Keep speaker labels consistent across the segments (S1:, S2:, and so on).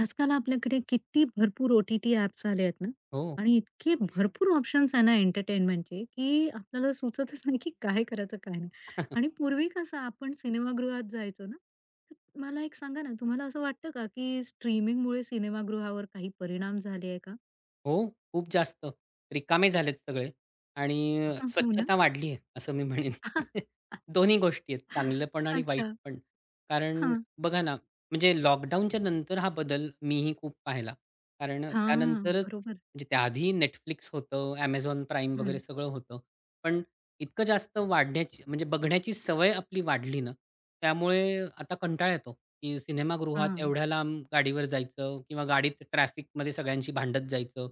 S1: आजकाल आपल्याकडे किती भरपूर ओ-टी-टी ॲप्स आले आहेत ना
S2: हो.
S1: आणि इतके भरपूर ऑप्शन्स आहे ना एंटरटेनमेंटचे, की आपल्याला सुचतच नाही की काय करायचं काय नाही. आणि पूर्वी कसं आपण सिनेमागृहात जायचो ना, तर मला एक सांगा ना, तुम्हाला असं वाटतं का की स्ट्रीमिंगमुळे सिनेमागृहावर काही परिणाम झाले आहे का?
S2: हो, खूप जास्त. रिकामे झालेत सगळे आणि
S1: हो ना.
S2: स्वच्छता वाढली आहे, असं मी म्हणेन. दोन्ही गोष्टी आहेत, चांगलं पण आणि वाईट
S1: अच्छा.
S2: पण. कारण
S1: हां.
S2: बघा ना, म्हणजे लॉकडाऊनच्या नंतर हा बदल मीही खूप पाहिला. कारण
S1: हां,
S2: त्यानंतरच
S1: बरोबर.
S2: म्हणजे त्याआधी Netflix होतं, Amazon Prime वगैरे
S1: हं.
S2: सगळं होतं. पण इतकं जास्त वाढण्याची म्हणजे बघण्याची सवय आपली वाढली ना, त्यामुळे आता कंटाळा येतो, की सिनेमागृहात
S1: हां.
S2: एवढ्या लांब गाडीवर जायचं किंवा गाडीत ट्रॅफिकमध्ये सगळ्यांशी भांडत जायचं.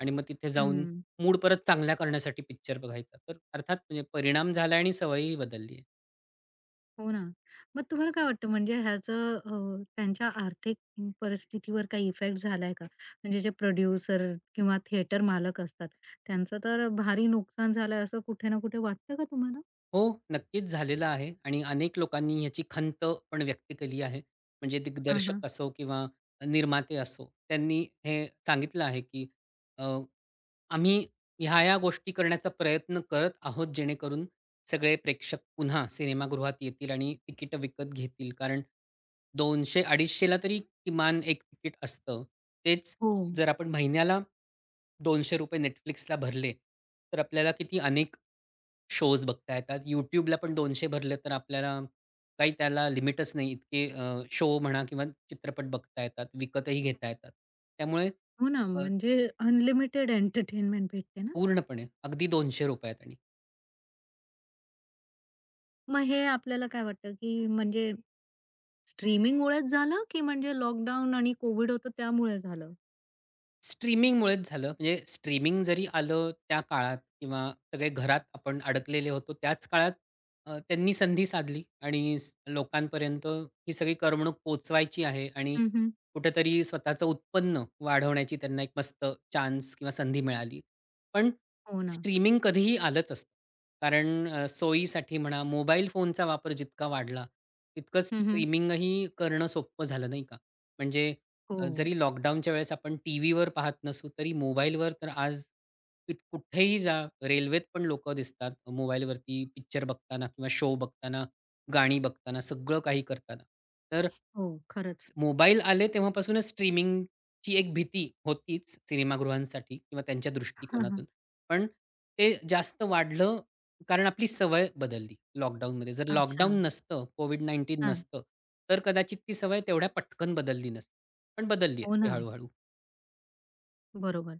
S2: आणि मग तिथे जाऊन
S1: हं.
S2: मूड परत चांगला करण्यासाठी पिक्चर बघायचा. तर अर्थात म्हणजे परिणाम झाला आणि सवयही बदलली आहे.
S1: हो ना. मग तुम्हाला काय वाटतं म्हणजे ह्याचं त्यांच्या आर्थिक परिस्थितीवर काही इफेक्ट झालाय का? म्हणजे जे प्रोड्युसर किंवा थिएटर मालक असतात, त्यांचं तर भारी नुकसान झालंय असं कुठे ना कुठे वाटतं का तुम्हाला?
S2: हो, नक्कीच झालेला आहे आणि अनेक लोकांनी ह्याची खंत पण व्यक्त केली आहे. म्हणजे
S1: हां, हां.
S2: दिग्दर्शक असो किंवा निर्माते असो, त्यांनी हे सांगितलं आहे, की आम्ही ह्या-ह्या गोष्टी करण्याचा प्रयत्न करत आहोत, जेणेकरून सगळे प्रेक्षक पुन्हा सिनेमागृहात येतील आणि तिकीटं विकत घेतील. कारण 200-250 ला तरी किमान एक तिकीट असतं. तेच
S1: हो.
S2: जर आपण महिन्याला ₹200 Netflixला भरले, तर आपल्याला किती अनेक शोज बघता येतात. YouTubeला पण 200 भरले, तर आपल्याला काही त्याला लिमिटच नाही. इतके शो म्हणा किंवा चित्रपट बघता येतात, विकतही घेता येतात. त्यामुळे
S1: हो ना,
S2: अ,
S1: म्हणजे अनलिमिटेड एंटरटेनमेंट भेटते ना.
S2: पूर्णपणे अगदी ₹200त आणि
S1: मग हे आपल्याला काय वाटतं, की म्हणजे स्ट्रीमिंगमुळेच झालं, की म्हणजे लॉकडाऊन आणि कोव्हिड होतं त्यामुळे झालं?
S2: स्ट्रीमिंगमुळेच झालं. म्हणजे स्ट्रीमिंग जरी आलं त्या काळात किंवा सगळे घरात आपण अडकलेले होतो त्याच काळात त्यांनी संधी साधली आणि लोकांपर्यंत ही सगळी करमणूक पोहोचवायची आहे आणि
S1: हं, हं.
S2: कुठेतरी स्वतःचं उत्पन्न वाढवण्याची त्यांना एक मस्त चान्स किंवा संधी मिळाली. पण
S1: हो ना.
S2: स्ट्रीमिंग कधीही आलंच असतं. कारण सोयीसाठी म्हणा, मोबाईल फोनचा वापर जितका वाढला, तितकंच
S1: हं, हं.
S2: स्ट्रीमिंगही करणं सोपं झालं नाही का? म्हणजे
S1: हो.
S2: जरी लॉकडाऊनच्या वेळेस आपण टीव्हीवर पाहत नसू, तरी मोबाईलवर तर आज की कुठेही जा, रेल्वेत पण लोकं दिसतात मोबाईलवरती पिक्चर बघताना किंवा शो बघताना, गाणी बघताना, सगळं काही करताना. तर
S1: हो, खरंच.
S2: मोबाईल आले तेव्हापासूनच स्ट्रीमिंगची एक भीती होतीच सिनेमागृहांसाठी किंवा त्यांच्या
S1: हां, हां.
S2: दृष्टिकोनातून. पण ते जास्त वाढलं कारण आपली सवय बदलली लॉकडाऊनमध्ये. जर
S1: अच्छा.
S2: लॉकडाऊन नसतं, कोव्हिड-19
S1: हां.
S2: नसतं, तर कदाचित ती सवय तेवढ्या पटकन बदलली नसती. पण बदलली
S1: हो
S2: असते
S1: ना.
S2: हळू-हळू.
S1: बरोबर.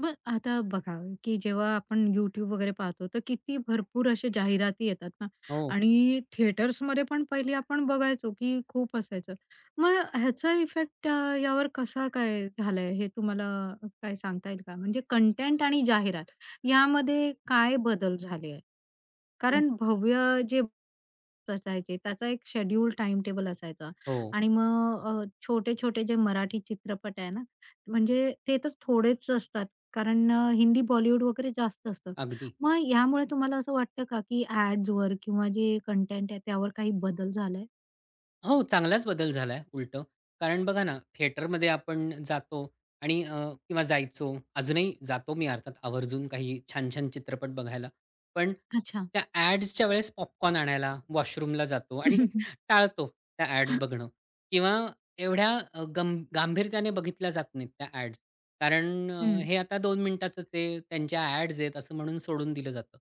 S1: मग आता बघा, की जेव्हा आपण YouTube वगैरे पाहतो, तर किती भरपूर अशा जाहिराती येतात ना
S2: हो,
S1: आणि थिएटर्समध्ये पण पहिले आपण बघायचो, की खूप असायचं. मग ह्याचा इफेक्ट यावर कसा काय झालाय, हे तुम्हाला काय सांगता येईल का? म्हणजे कंटेंट आणि जाहिरात यामध्ये काय बदल झाले आहेत? कारण भव्य जे असायचे. त्याचा एक शेड्यूल टाइम टेबल असायचा
S2: हो.
S1: आणि मग छोटे-छोटे जे मराठी चित्रपट आहे ना, म्हणजे ते तर थोडेच असतात कारण हिंदी, बॉलिवूड वगैरे जास्त असतं.
S2: अगदी.
S1: मग यामुळे तुम्हाला असं वाटतं का, की ॲड्सवर किंवा जे कंटेंट आहे त्यावर काही बदल झालाय?
S2: हो, चांगलाच बदल झालाय उलटं. कारण बघा ना, थिएटरमध्ये आपण जातो आणि किंवा जायचो. अजूनही जातो मी अर्थात आवर्जून काही छान-छान चित्रपट बघायला. पण
S1: अच्छा.
S2: त्या ॲड्सच्या वेळेस पॉपकॉर्न आणायला वॉशरूमला जातो आणि टाळतो त्या ॲड्स बघणं किंवा एवढ्या अ, गंभ गांभीर्याने बघितल्या जात नाहीत त्या ॲड्स. कारण
S1: हं.
S2: हे आता 2 मिनिटाचंच आहे, त्यांच्या ॲड्स आहेत असं म्हणून सोडून दिलं जातं.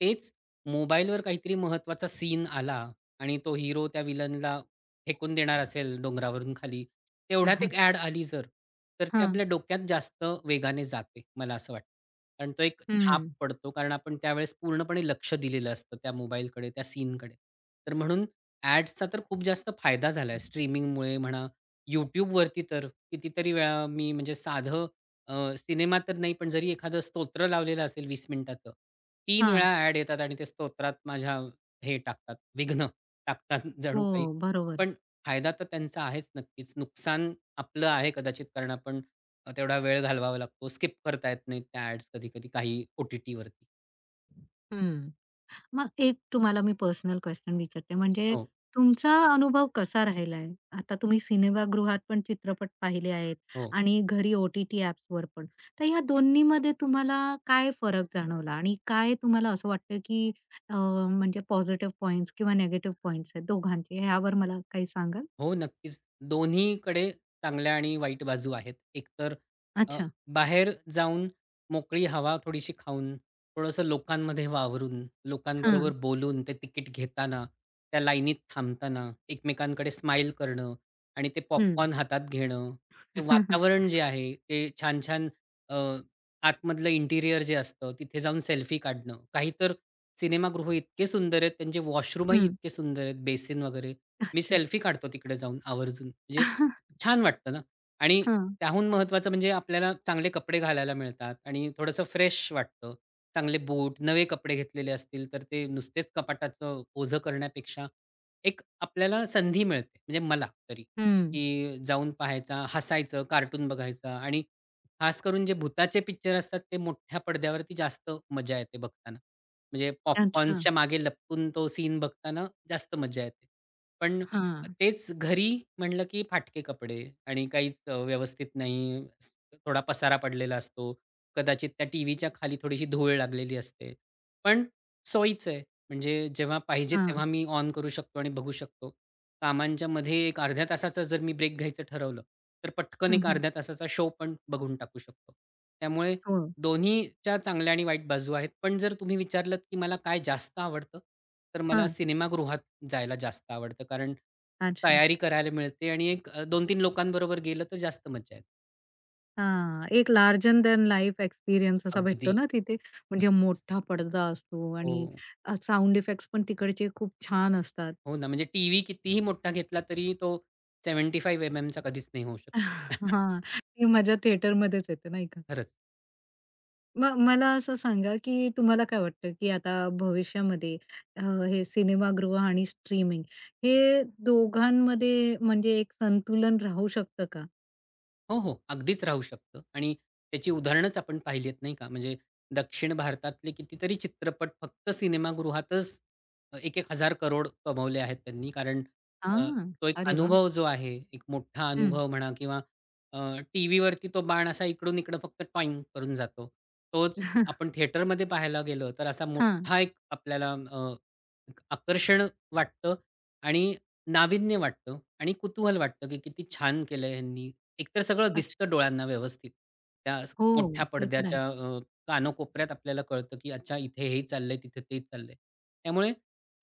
S2: तेच मोबाईलवर काहीतरी महत्त्वाचा सीन आला आणि तो हिरो त्या विलनला फेकून देणार असेल डोंगरावरून खाली, तेवढ्यात
S1: हं.
S2: एक ॲड आली जर, तर ती
S1: हां.
S2: आपल्या डोक्यात जास्त वेगाने जाते, मला असं वाटतं. कारण तो एक छाप
S1: हं.
S2: पडतो, कारण आपण त्यावेळेस पूर्णपणे लक्ष दिलेलं असतं त्या मोबाईलकडे, त्या सीनकडे. तर म्हणून ॲड्सचा तर खूप जास्त फायदा झालाय स्ट्रीमिंगमुळे म्हणा, YouTubeवरती तर कितीतरी वेळा मी म्हणजे साधं सिनेमा तर नाही, पण जरी एखादं स्तोत्र लावलेलं असेल 20 मिनिटाचं, 3 वेळा ॲड येतात आणि ते स्तोत्रात माझ्या हे टाकतात, विघ्न टाकतात जणू
S1: हो,
S2: काही.
S1: बरोबर.
S2: पण फायदा तर त्यांचा आहेच नक्कीच. नुकसान आपलं आहे कदाचित कारण आपण तेवढा वेळ घालवावा लागतो. स्किप करता येत नाहीत त्या ॲड्स कधी-कधी काही ओ-टी-टीवरती.
S1: हं. मग एक तुम्हाला मी पर्सनल क्वेशन विचारते, म्हणजे
S2: हो,
S1: तुमचा अनुभव कसा राहिला आहे? आता तुम्ही सिनेमागृहात पण चित्रपट पाहिले आहेत
S2: हो.
S1: आणि घरी ओ-टी-टी ॲप्सवर पण. तर ह्या दोन्हीमध्ये तुम्हाला काय फरक जाणवला आणि काय तुम्हाला असं वाटतं, की अ, म्हणजे पॉझिटिव्ह पॉइंट्स किंवा निगेटिव्ह पॉइंट्स आहेत दोघांचे? ह्यावर मला काही सांगाल?
S2: हो, नक्कीच. दोन्हीकडे चांगल्या आणि वाईट बाजू आहेत. एकतर अ,
S1: अच्छा.
S2: बाहेर जाऊन मोकळी हवा थोडीशी खाऊन, थोडंसं लोकांमध्ये वावरून, लोकांबरोबर
S1: हां.
S2: बोलून, ते तिकीट घेताना, त्या लाईनीत थांबताना, एकमेकांकडे स्माईल करणं आणि ते
S1: हं.
S2: पॉपकॉर्न हातात घेणं. ते वातावरण जे आहे, ते छान-छान अ, आतमधलं इंटिरियर जे असतं, तिथे जाऊन सेल्फी काढणं. काही तर सिनेमागृह इतके सुंदर आहेत, त्यांचे वॉशरूमही
S1: हं.
S2: इतके सुंदर आहेत, बेसिन वगैरे. मी
S1: अच्छा.
S2: सेल्फी काढतो तिकडे जाऊन आवर्जून. म्हणजे छान वाटतं ना आणि
S1: हां.
S2: त्याहून महत्त्वाचं म्हणजे आपल्याला चांगले कपडे घालायला मिळतात आणि थोडंसं फ्रेश वाटतं. चांगले बूट, नवे कपडे घेतलेले असतील तर ते नुसतेच कपाटाचं ओझं करण्यापेक्षा एक आपल्याला संधी मिळते. म्हणजे मला तरी,
S1: हं.
S2: की जाऊन पाहायचा, हसायचं, कार्टून बघायचा आणि खास करून जे भुताचे पिक्चर असतात ते मोठ्या पडद्यावरती जास्त मजा येते बघताना. म्हणजे
S1: अच्छा.
S2: पॉपकॉर्न्सच्या मागे लपकून तो सीन बघताना जास्त मजा येते. पण
S1: हां.
S2: तेच घरी म्हणलं की फाटके कपडे आणि काहीच व्यवस्थित नाही. थोडा पसारा पडलेला असतो. कदाचित त्या टीव्हीच्या खाली थोडीशी धूळ लागलेली असते. पण सोयीचं आहे. म्हणजे जेव्हा पाहिजे
S1: हां.
S2: तेव्हा मी ऑन करू शकतो आणि बघू शकतो. कामांच्या मध्ये एक अर्ध्या तासाचा जर मी ब्रेक घ्यायचं ठरवलं, तर पटकन
S1: हं,
S2: एक
S1: हं.
S2: अर्ध्या तासाचा शो पण बघून टाकू शकतो. त्यामुळे
S1: हो.
S2: दोन्हीच्या चांगल्या आणि वाईट बाजू आहेत. पण जर तुम्ही विचारलत की मला काय जास्त आवडतं, तर मला
S1: हां.
S2: सिनेमागृहात जायला जास्त आवडतं. कारण एक
S1: अच्छा.
S2: तयारी करायला मिळते आणि एक 2-3 लोकांबरोबर गेलं तर जास्त मज्जा येते.
S1: हां, एक लार्जन दॅन लाईफ एक्सपिरियन्स असा
S2: अगदी.
S1: भेटतो ना तिथे. म्हणजे
S2: नक्कीच.
S1: मोठा पडदा असतो
S2: हो.
S1: आणि साउंड इफेक्ट्स पण तिकडचे खूप छान असतात.
S2: हो ना. म्हणजे टीव्ही कितीही मोठा घेतला तरी तो 75 एम-एमचा कधीच नाही होऊ शकत.
S1: हां, ती मजा थिएटरमध्येच येते नाही का?
S2: खरंच.
S1: मग मला असं सांगा, की तुम्हाला काय वाटतं, की आता भविष्यामध्ये अ, हे सिनेमागृह आणि स्ट्रीमिंग हे दोघांमध्ये म्हणजे एक संतुलन राहू शकतं का?
S2: हो, हो. अगदीच राहू शकतं आणि त्याची उदाहरणंच आपण पाहिली आहेत, नाही का? म्हणजे दक्षिण भारतातले कितीतरी चित्रपट फक्त सिनेमागृहातच एक 1,000 करोड कमवले आहेत त्यांनी. कारण अ,
S1: हां.
S2: तो एक
S1: अरे वाह!
S2: अनुभव जो आहे, एक मोठा
S1: हं.
S2: अनुभव म्हणा किंवा अ, टीव्हीवरती तो बाण असा इकडून-इकडं फक्त टॉइंग करून जातो. तोच
S1: हां.
S2: आपण थिएटरमध्ये पाहायला गेलो, तर असा मोठा एक आपल्याला एक आकर्षण वाटतं आणि नाविन्य वाटतं आणि कुतूहल वाटतं, की किती छान केलंय ह्यांनी एकतर सगळं
S1: अच्छा.
S2: दिसतं डोळ्यांना व्यवस्थित. त्या
S1: हो,
S2: मोठ्या
S1: ते तर आहे.
S2: पडद्याच्या कानोकोपऱ्यात आपल्याला कळतं, की अच्छा इथे हे चाललंय, तिथे ते चाललंय. त्यामुळे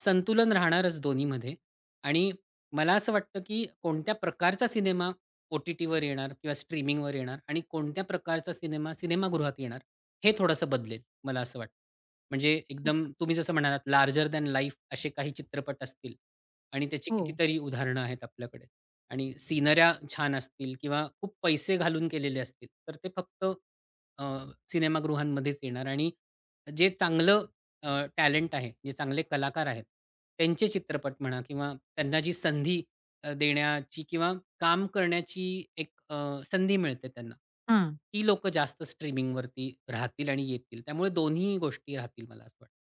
S2: संतुलन राहणारच दोन्हीमध्ये आणि मला असं वाटतं, की कोणत्या प्रकारचा सिनेमा ओ-टी-टीवर येणार किंवा स्ट्रीमिंगवर येणार आणि कोणत्या प्रकारचा सिनेमा सिनेमागृहात येणार, हे थोडंसं बदलेल, मला असं वाटतं. म्हणजे एकदम
S1: अच्छा.
S2: तुम्ही जसं म्हणालात लार्जर दॅन लाईफ असे काही चित्रपट असतील आणि त्याची
S1: हो.
S2: कितीतरी उदाहरणं आहेत आपल्याकडे. आणि सिनऱ्या छान असतील किंवा खूप पैसे घालून केलेले असतील, तर ते फक्त अ, सिनेमागृहांमध्येच येणार आणि जे चांगलं टॅलेंट आहे, जे चांगले कलाकार आहेत, त्यांचे चित्रपट म्हणा किंवा त्यांना जी संधी देण्याची किंवा काम करण्याची एक संधी मिळते त्यांना,
S1: हां.
S2: ती लोकं जास्त स्ट्रीमिंगवरती राहतील आणि येतील. त्यामुळे दोन्ही गोष्टी राहतील मला असं वाटतं.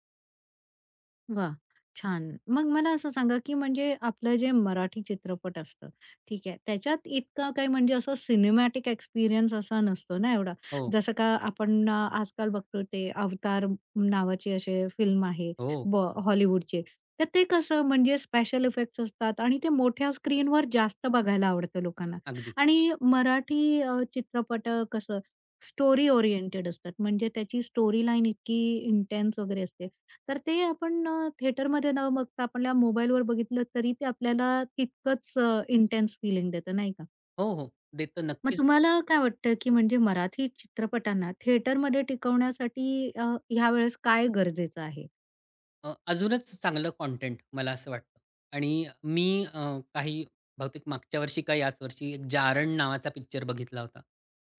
S1: वाह! छान. मग मला असं सांगा, की म्हणजे आपलं जे मराठी चित्रपट असतं, ठीक आहे. त्याच्यात इतका काही म्हणजे असं सिनेमॅटिक एक्सपिरियन्स असा नसतो ना एवढा.
S2: हो,
S1: जसं का आपण आजकाल बघतो ते अवतार नावाचे असे फिल्म आहे
S2: हो,
S1: बॉ हॉलिवूडचे. तर ते कसं म्हणजे स्पेशल इफेक्ट्स असतात आणि ते मोठ्या स्क्रीनवर जास्त बघायला आवडतं लोकांना.
S2: अगदी.
S1: आणि मराठी चित्रपट कसं स्टोरी ओरिएंटेड असतात. म्हणजे त्याची स्टोरी लाईन इतकी इंटेन्स वगैरे असते. तर ते आपण थिएटरमध्ये न बघता आपल्या मोबाईलवर बघितलं तरी ते आपल्याला तितकंच इंटेन्स फीलिंग देतं नाही का?
S2: हो, हो. देतं
S1: मग
S2: नक्कीच.
S1: तुम्हाला काय वाटतं, की म्हणजे मराठी चित्रपटांना थिएटरमध्ये टिकवण्यासाठी ह्यावेळेस काय गरजेचं आहे?
S2: अजूनच चांगलं कॉन्टेंट मला असं वाटतं आणि मी अ, काही बहुतेक मागच्या वर्षी का याच वर्षी एक जारण नावाचा पिक्चर बघितला होता.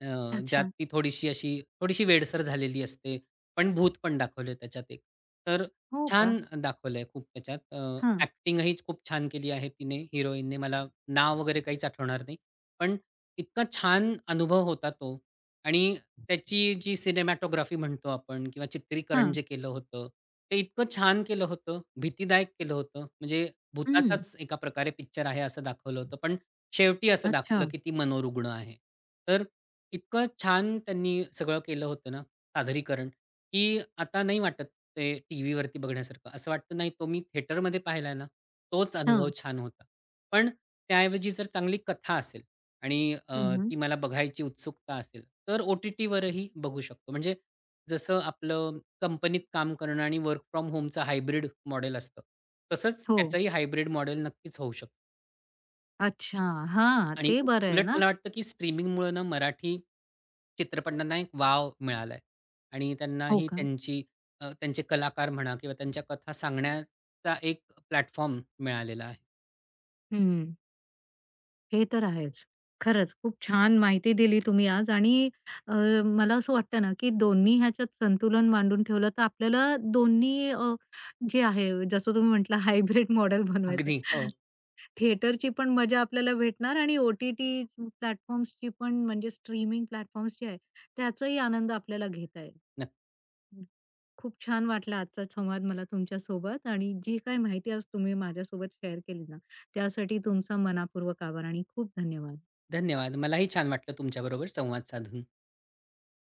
S2: ज्यात
S1: अच्छा.
S2: ती थोडीशी वेडसर झालेली असते, पण भूत पण दाखवले त्याच्यात एक. तर
S1: हो का?
S2: छान दाखवलंय खूप त्याच्यात.
S1: हां,
S2: ॲक्टिंगही खूप छान केली आहे तिने हिरोईनने. मला नाव वगैरे काहीच आठवणार नाही. पण इतका छान अनुभव होता तो आणि त्याची जी सिनेमॅटोग्राफी म्हणतो आपण किंवा चित्रीकरण
S1: हां.
S2: जे केलं होतं, ते इतकं छान केलं होतं, भीतीदायक केलं होतं. म्हणजे
S1: हं.
S2: भुताचाच एका प्रकारे पिक्चर आहे असं दाखवलं होतं. पण शेवटी असं
S1: अच्छा.
S2: दाखवलं, की ती मनोरुग्ण आहे. तर इतकं छान त्यांनी सगळं केलं होतं ना सादरीकरण, की आता नाही वाटत ते टीव्हीवरती बघण्यासारखं. असं वाटतं नाही तो मी थिएटरमध्ये पाहिलाय ना, तोच अनुभव
S1: हां.
S2: छान होता. पण त्याऐवजी जर चांगली कथा असेल आणि
S1: हं, हं.
S2: ती मला बघायची उत्सुकता असेल, तर ओ-टी-टीवरही बघू शकतो. म्हणजे जसं आपलं कंपनीत काम करणं आणि वर्क फ्रॉम होमचं हायब्रिड मॉडेल असतं, तसंच
S1: हो.
S2: त्याचंही हायब्रिड मॉडेल नक्कीच होऊ शकतं.
S1: अच्छा. हां,
S2: आणि
S1: ते बरं आहे
S2: उलट
S1: ना?
S2: मला वाटतं, की स्ट्रीमिंगमुळे ना मराठी चित्रपटांना एक वाव मिळालाय आणि
S1: हो
S2: त्यांनाही
S1: का?
S2: त्यांचे कलाकार म्हणा किंवा त्यांच्या कथा सांगण्याचा एक प्लॅटफॉर्म मिळालेला आहे.
S1: हं. हे तर आहेच. खरंच खूप छान माहिती दिली तुम्ही आज आणि अ, मला असं वाटतं ना, की दोन्ही ह्याच्यात संतुलन मांडून ठेवलं तर आपल्याला दोन्ही जे आहे जसं तुम्ही म्हटलं हायब्रिड मॉडेल बनवायचं.
S2: अगदी. हो,
S1: थिएटरची पण मजा आपल्याला भेटणार आणि ओ-टी-टी प्लॅटफॉर्म्सची पण म्हणजे स्ट्रीमिंग प्लॅटफॉर्म्स जे आहे त्याचाही आनंद आपल्याला घेता येईल.
S2: नक्की.
S1: खूप छान वाटला आजचा संवाद मला तुमच्या सोबत, आणि जी काही माहिती आज तुम्ही माझ्यासोबत शेअर केली ना, त्यासाठी तुमचा मनापूर्वक आभार आणि खूप धन्यवाद.
S2: धन्यवाद. मलाही छान वाटलं तुमच्याबरोबर संवाद साधून.